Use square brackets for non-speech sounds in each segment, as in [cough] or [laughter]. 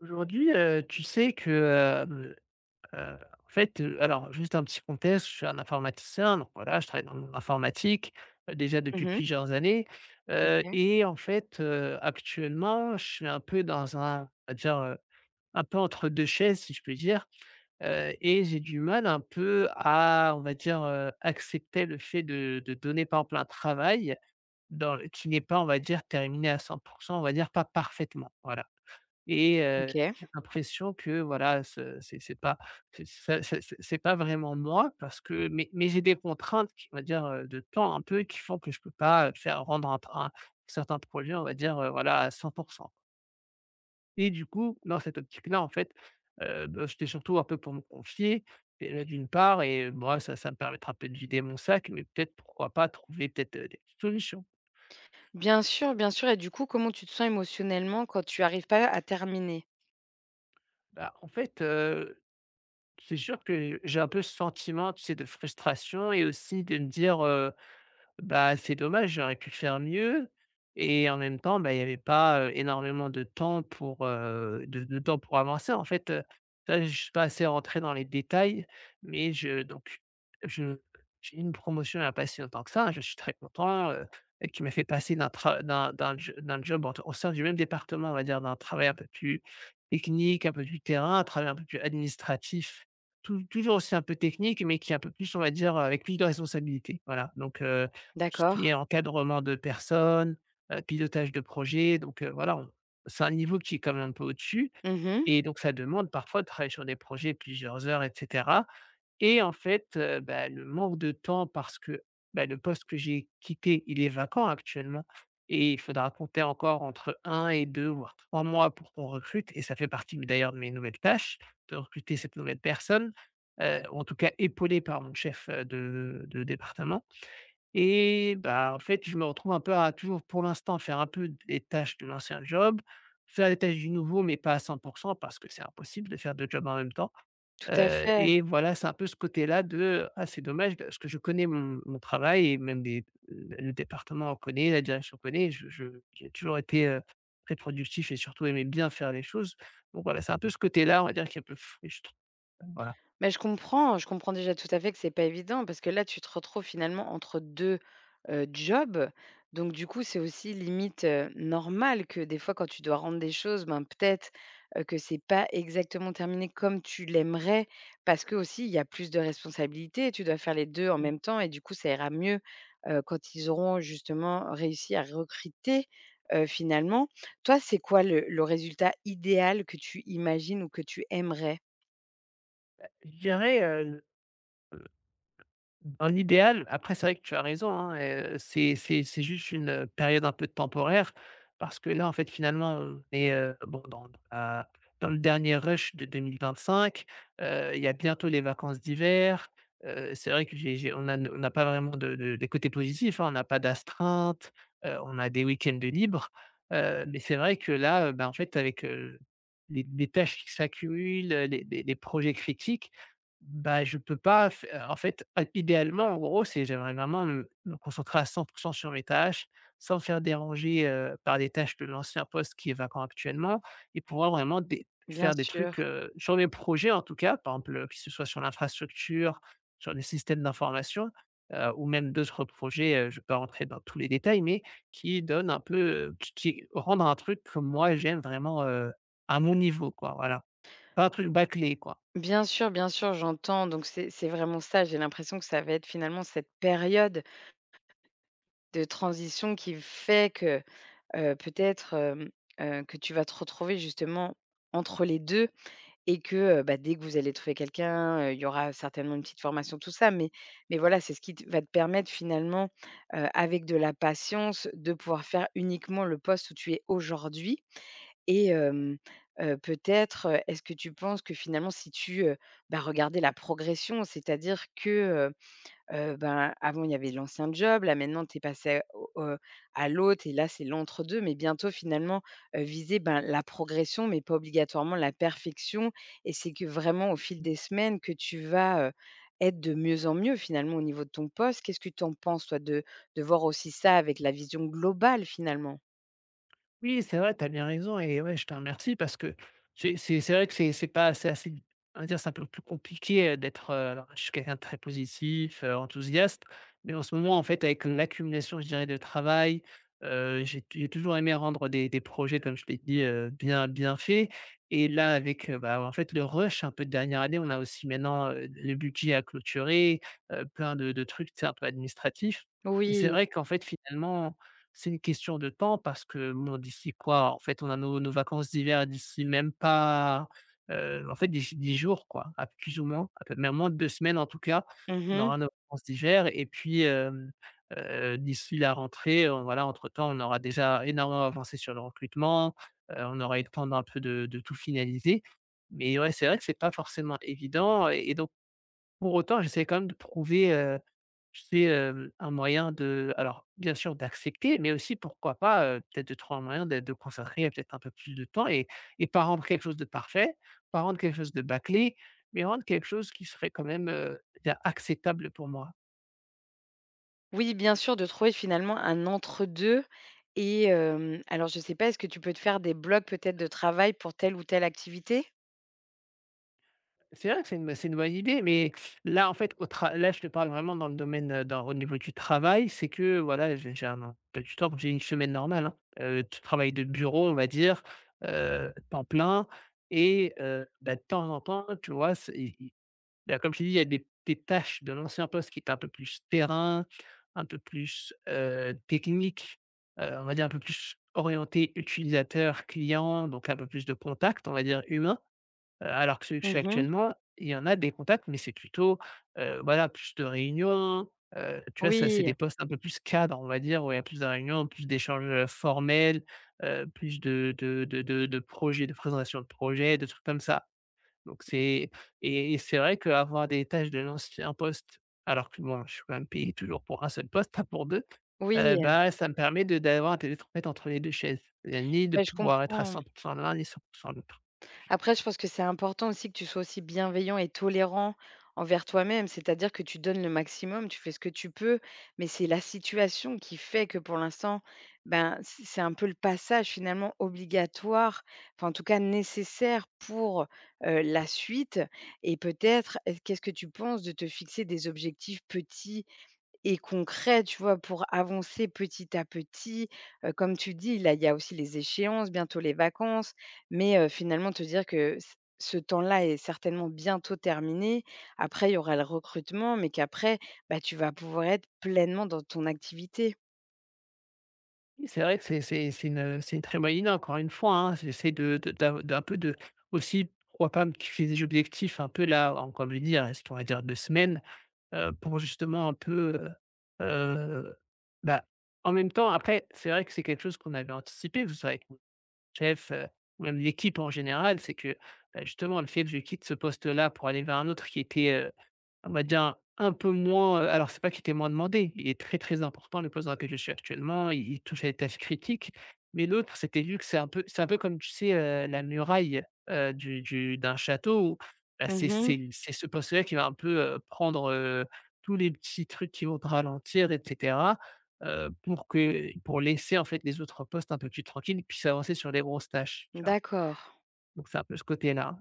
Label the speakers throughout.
Speaker 1: Aujourd'hui, tu sais que, hem, heu, en fait, alors juste un petit contexte, je suis un informaticien, donc voilà, je travaille dans l'informatique monde déjà depuis
Speaker 2: Mmh.
Speaker 1: plusieurs années. heu
Speaker 2: OK,
Speaker 1: et en fait, actuellement, je suis un peu dans un, on va dire, un peu entre 2 chaises, si je peux dire. Et j'ai du mal un peu à, on va dire, accepter le fait de donner, par exemple, un travail dans qui n'est pas, on va dire, terminé à 100%, on va dire, pas parfaitement, voilà. Et
Speaker 2: OK.
Speaker 1: j'ai l'impression que voilà, ce c'est pas c'est ça c'est pas vraiment moi parce que mais j'ai des contraintes qui, on va dire, de temps un peu, qui font que je peux pas faire rendre un certain projet, on va dire, voilà, à 100%. Et du coup, dans cette optique-là, en fait, bah, c'était surtout un peu pour me confier et d'une part, et moi, ça me permettra peut-être de vider mon sac, mais peut-être pourquoi pas trouver peut-être, des solutions.
Speaker 2: Bien sûr et du coup, comment tu te sens émotionnellement quand tu arrives pas à terminer?
Speaker 1: Bah, en fait, euh, c'est sûr que j'ai un peu ce sentiment, tu sais, de frustration, et aussi de me dire, bah, c'est dommage, j'aurais pu faire mieux. Et en même temps, bah, il y avait pas, énormément de temps pour, de temps pour avancer. En fait, ça, je ne suis pas assez rentré dans les détails, mais je donc je j'ai eu une promotion il y a pas si longtemps que ça, je suis très content. Et qui m'a fait passer d'un tra d'un d'un jo d'un job en au sein du même département, on va dire, d'un travail un peu plus technique, un peu plus terrain, un travail un peu plus administratif, toujours aussi un peu technique, mais qui est un peu plus, on va dire, avec plus de responsabilité, voilà. Donc tout ce qui
Speaker 2: D'accord.
Speaker 1: est encadrement de personnes, pilotage de projets, voilà. on C'est un niveau qui est quand même un peu au-dessus,
Speaker 2: Mmh.
Speaker 1: et donc ça demande parfois de travailler sur des projets plusieurs heures, et cetera. Et en fait, bah, le manque de temps, parce que bah, le poste que j'ai quitté, il est vacant actuellement, et il faudra compter encore entre un et 2 voire 3 mois pour qu'on recrute, et ça fait partie d'ailleurs de mes nouvelles tâches, de recruter cette nouvelle personne, ou en tout cas épaulée par mon chef, de département. Et bah, en fait, je me retrouve un peu à toujours, pour l'instant, faire un peu les tâches de l'ancien job, faire les tâches du nouveau, mais pas à 100, parce que c'est impossible de faire 2 jobs en même temps.
Speaker 2: Tout à
Speaker 1: Heu
Speaker 2: fait.
Speaker 1: et voilà, c'est un peu ce côté-là de: «Ah, c'est dommage parce que je connais mon travail, et même des le département en connaît, la direction connaît». Je j'ai toujours été, très productif, et surtout aimé bien faire les choses. Donc voilà, c'est un peu ce côté-là, on va dire, qui est un peu frustrant. Voilà.
Speaker 2: Mais je comprends déjà tout à fait que c'est pas évident parce que là, tu te retrouves finalement entre 2 jobs. Donc du coup, c'est aussi limite, normal que des fois quand tu dois rendre des choses, ben, peut-être, que c'est pas exactement terminé comme tu l'aimerais parce que aussi il y a plus de responsabilités. Tu dois faire les 2 en même temps et du coup, ça ira mieux, quand ils auront justement réussi à recruter, finalement. Toi, c'est quoi le résultat idéal que tu imagines ou que tu aimerais?
Speaker 1: Je dirais, dans l'idéal, après c'est vrai que tu as raison, hein. C'est juste une, période un peu temporaire, parce que là, en fait, finalement, on est, bon, dans le dernier rush de 2025. Il y a bientôt les vacances d'hiver. C'est vrai que j'ai on a on n'a pas vraiment de des côtés positifs, hein. On n'a pas d'astreinte, on a des week-ends de libre. Mais c'est vrai que là, bah, en fait, avec, les tâches qui s'accumulent, les projets critiques, bah, je peux pas f en fait, a idéalement, en gros, c'est j'aimerais vraiment me concentrer à 100 sur mes tâches, sans me faire déranger, par des tâches de l'ancien poste qui est vacant actuellement, et pouvoir vraiment des
Speaker 2: Bien
Speaker 1: faire des trucs,
Speaker 2: sûr.
Speaker 1: sur mes projets, en tout cas, par exemple, que ce soit sur l'infrastructure, sur les systèmes d'information, ou même d'autres projets. Je ne vais pas rentrer dans tous les détails, mais qui donnent un peu, qui rendent un truc que moi j'aime vraiment, à mon niveau quoi, voilà. Pas un truc bâclé quoi.
Speaker 2: Bien sûr, bien sûr, j'entends. Donc c'est vraiment ça. J'ai l'impression que ça va être finalement cette période de transition qui fait que peut-être que tu vas te retrouver justement entre les deux et que bah, dès que vous allez trouver quelqu'un, il y aura certainement une petite formation, tout ça. Mais voilà, c'est ce qui va te permettre finalement, avec de la patience, de pouvoir faire uniquement le poste où tu es aujourd'hui et hem, peut-être, est-ce que tu penses que finalement si tu, bah, regardais la progression, c'est-à-dire que, heu ben, avant il y avait l'ancien job, là maintenant tu es passé au à l'autre et là c'est l'entre-deux, mais bientôt finalement, viser, ben, la progression, mais pas obligatoirement la perfection et c'est que vraiment au fil des semaines que tu vas, être de mieux en mieux finalement au niveau de ton poste. Qu'est-ce que tu en penses toi de voir aussi ça avec la vision globale finalement?
Speaker 1: Oui, c'est vrai, tu as bien raison. Et ouais, je te remercie parce que c'est vrai que c'est pas c'est assez, on va dire, c'est un peu plus compliqué, d'être. Alors, je suis quelqu'un de très positif, enthousiaste, mais en ce moment, en fait, avec l'accumulation, je dirais, de travail, j'ai toujours aimé rendre des projets, comme je l'ai dit, bien bien faits. Et là, avec, bah, en fait, le rush un peu de dernière année, on a aussi maintenant, le budget à clôturer, plein de trucs, tu sais, un peu administratifs. Et c'est
Speaker 2: Oui.
Speaker 1: vrai qu'en fait, finalement, c'est une question de temps parce que bon, d'ici quoi? En fait, on a nos vacances d'hiver d'ici même pas, d'ici 10 jours quoi, à plus ou moins, à peu même moins de 2 semaines en tout cas, on
Speaker 2: Mmh.
Speaker 1: aura nos vacances d'hiver. Et puis, d'ici la rentrée, voilà, entre-temps, on aura déjà énormément avancé sur le recrutement. On aura eu le temps d'un peu de tout finaliser. Mais ouais, c'est vrai que c'est pas forcément évident. Et donc, pour autant, j'essaie quand même de trouver, c'est, un moyen de, alors, bien sûr, d'accepter, mais aussi pourquoi pas, peut-être, de trouver un moyen de consacrer peut-être un peu plus de temps, et pas rendre quelque chose de parfait, pas rendre quelque chose de bâclé, mais rendre quelque chose qui serait quand même, je acceptable pour moi.
Speaker 2: Oui, bien sûr, de trouver finalement un entre-deux et hem, alors je ne sais pas, est-ce que tu peux te faire des blocs peut-être de travail pour telle ou telle activité?
Speaker 1: C'est vrai que c'est une bonne idée, mais là, en fait, au tra là, je te parle vraiment dans le domaine, dans au niveau du travail, c'est que voilà, j'ai un emploi du temps, j'ai une semaine normale, hein, t travail de bureau, on va dire, temps plein. Et bah, de temps en temps, tu vois, c'est i i bah, comme je t'ai dit, il y a des tâches de l'ancien poste qui étaient un peu plus terrain, un peu plus, technique, on va dire un peu plus orienté utilisateur, client, donc un peu plus de contact, on va dire humain. Alors que celui que je fais
Speaker 2: Mmh.
Speaker 1: actuellement, il y en a des contacts, mais c'est plutôt, voilà, plus de réunions, tu vois? Ça, c'est
Speaker 2: Oui,
Speaker 1: des postes un peu plus cadres, on va dire, où il y a plus de réunions, plus d'échanges, formels, plus de projets, de présentation de projets, de trucs comme ça. Donc c'est et c'est vrai qu'avoir des tâches de l'ancien poste, alors que bon, je suis quand même payé toujours pour un seul poste, [laughs] pas pour 2.
Speaker 2: oui,
Speaker 1: Bah, ça me permet de d'avoir un télétravail entre les 2 chaises. C'est-à-dire ni de
Speaker 2: ben je
Speaker 1: pouvoir être à
Speaker 2: comprends.
Speaker 1: 100% l'un, ni 100% l'autre.
Speaker 2: Après, je pense que c'est important aussi que tu sois aussi bienveillant et tolérant envers toi-même, c'est-à-dire que tu donnes le maximum, tu fais ce que tu peux, mais c'est la situation qui fait que pour l'instant, ben, c'est un peu le passage finalement obligatoire, enfin en tout cas nécessaire pour la suite. Et peut-être, qu'est-ce que tu penses de te fixer des objectifs petits et concret, tu vois? Pour avancer petit à petit, comme tu dis, là, il y a aussi les échéances, bientôt les vacances, mais finalement te dire que c ce temps-là est certainement bientôt terminé. Après, il y aura le recrutement, mais qu'après, bah, tu vas pouvoir être pleinement dans ton activité.
Speaker 1: Oui, c'est vrai que c'est une très bonne idée encore une fois, hein. J'essaie de d'av d'un peu de aussi, pourquoi pas, me fixer des objectifs un peu là, en comme je dis, il reste, on va dire, 2 semaines, pour justement un peu, heu heu, bah, en même temps après, c'est vrai que c'est quelque chose qu'on avait anticipé. Vous savez, c'est mon chef, ou même l'équipe en général, c'est que bah, justement, le fait que je quitte ce poste-là pour aller vers un autre qui était, on va dire, un peu moins. Alors, c'est pas qu'il était moins demandé, il est très, très important, le poste dans lequel je suis actuellement. Il touche à des tâches critiques. Mais l'autre, c'était, vu que c'est un peu comme tu sais, la muraille, du d'un château où bah, c'est
Speaker 2: Mmh.
Speaker 1: c'est c'est ce poste-là qui va un peu, prendre, tous les petits trucs qui vont te ralentir, et cetera, pour laisser en fait les autres postes un peu plus tranquilles, et puissent avancer sur les grosses tâches.
Speaker 2: D'accord.
Speaker 1: Donc c'est un peu ce côté-là.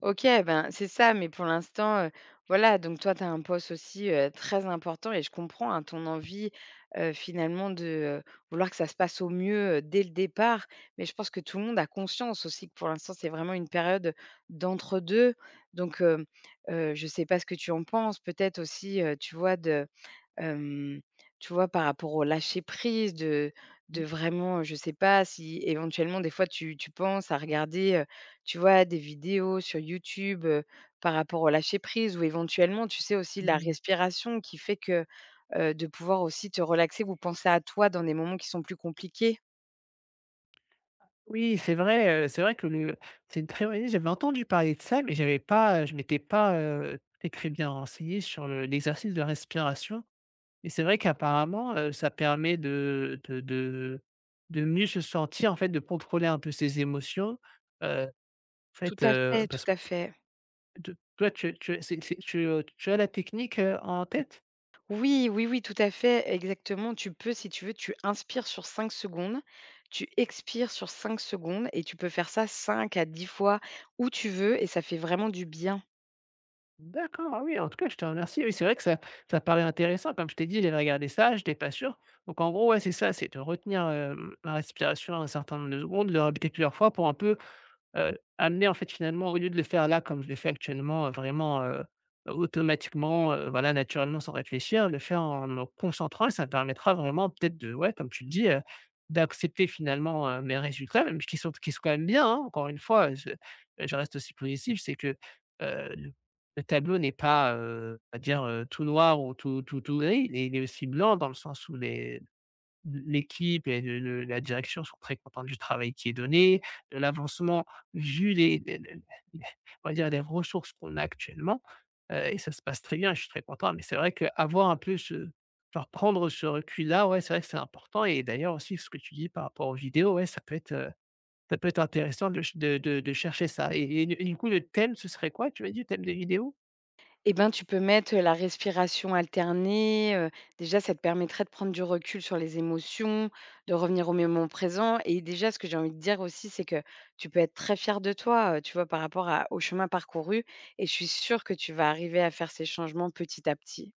Speaker 2: OK, ben, c'est ça, mais pour l'instant, voilà, donc toi, tu as un poste aussi, très important et je comprends, hein, ton envie, finalement de, heu, vouloir que ça se passe au mieux, dès le départ. Mais je pense que tout le monde a conscience aussi que pour l'instant, c'est vraiment une période d'entre deux. Donc, hem, je ne sais pas ce que tu en penses, peut-être aussi, tu vois, de hem, tu vois, par rapport au lâcher prise, de vraiment, je sais pas si éventuellement des fois tu penses à regarder, tu vois, des vidéos sur YouTube, par rapport au lâcher prise ou éventuellement, tu sais aussi la
Speaker 1: Mmh mh.
Speaker 2: respiration qui fait que, de pouvoir aussi te relaxer ou penser à toi dans des moments qui sont plus compliqués.
Speaker 1: Oui, c'est vrai que le c'est une très bonne idée. J'avais entendu parler de ça, mais j'avais pas, je m'étais pas, très, très bien renseigné sur le l'exercice de respiration. Et c'est vrai qu'apparemment, ça permet de mieux se sentir, en fait, de contrôler un peu ses émotions. Heu, En
Speaker 2: Tout
Speaker 1: fait,
Speaker 2: à fait, tout
Speaker 1: parce que
Speaker 2: à fait.
Speaker 1: te toi, tu tu as c'est tu, tu as la technique, en tête?
Speaker 2: Oui, oui, oui, tout à fait, exactement. Tu peux, si tu veux, tu inspires sur 5 secondes, tu expires sur 5 secondes et tu peux faire ça 5 à 10 fois où tu veux et ça fait vraiment du bien.
Speaker 1: D'accord, ah oui, en tout cas, je te remercie. Oui, c'est vrai que ça paraît intéressant. Comme je t'ai dit, j'avais regardé ça. Je n'étais pas sûr. Donc en gros, ouais, c'est ça, c'est de retenir, la respiration un certain nombre de secondes, le répéter plusieurs fois pour un peu. Amener, en fait, finalement, au lieu de le faire là comme je le fais actuellement, vraiment, automatiquement, voilà, naturellement, sans réfléchir, le faire en me concentrant, ça me permettra vraiment peut-être de, ouais, comme tu le dis, d'accepter finalement, mes résultats, même, qui sont quand même bien, hein. Encore une fois, je reste aussi positif, c'est que heu, le le tableau n'est pas, on va dire, tout noir ou tout gris, il est aussi blanc, dans le sens où les l'équipe et le la direction sont très contents du travail qui est donné, de l'avancement, vu les on va dire les ressources qu'on a actuellement. Et ça se passe très bien, je suis très content. Mais c'est vrai qu'avoir un peu, ce genre prendre ce recul-là, ouais, c'est vrai que c'est important, et d'ailleurs aussi ce que tu dis par rapport aux vidéos, ouais, ça peut être intéressant de ch de chercher ça. Et du coup, le thème, ce serait quoi, tu m'as dit, le thème des vidéos?
Speaker 2: Eh ben, tu peux mettre la respiration alternée. Déjà, ça te permettrait de prendre du recul sur les émotions, de revenir au moment présent. Et déjà, ce que j'ai envie de dire aussi, c'est que tu peux être très fier de toi, tu vois, par rapport au chemin parcouru. Et je suis sûre que tu vas arriver à faire ces changements petit à petit.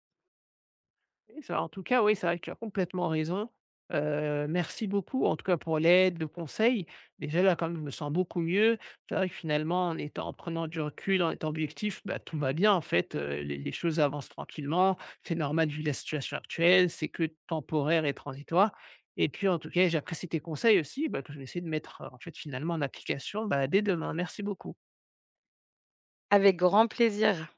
Speaker 1: Oui, ça en tout cas, oui, c'est vrai que tu as complètement raison. Merci beaucoup, en tout cas, pour l'aide, le conseil. Déjà là, comme je me sens beaucoup mieux, c'est vrai que finalement, en prenant du recul, en étant objectif, bah, tout va bien, en fait, les choses avancent tranquillement. C'est normal, vu la situation actuelle, c'est que temporaire et transitoire. Et puis, en tout cas, j'apprécie tes conseils aussi, bah, que je vais essayer de mettre, en fait, finalement, en application, bah, dès demain. Merci beaucoup.
Speaker 2: Avec grand plaisir.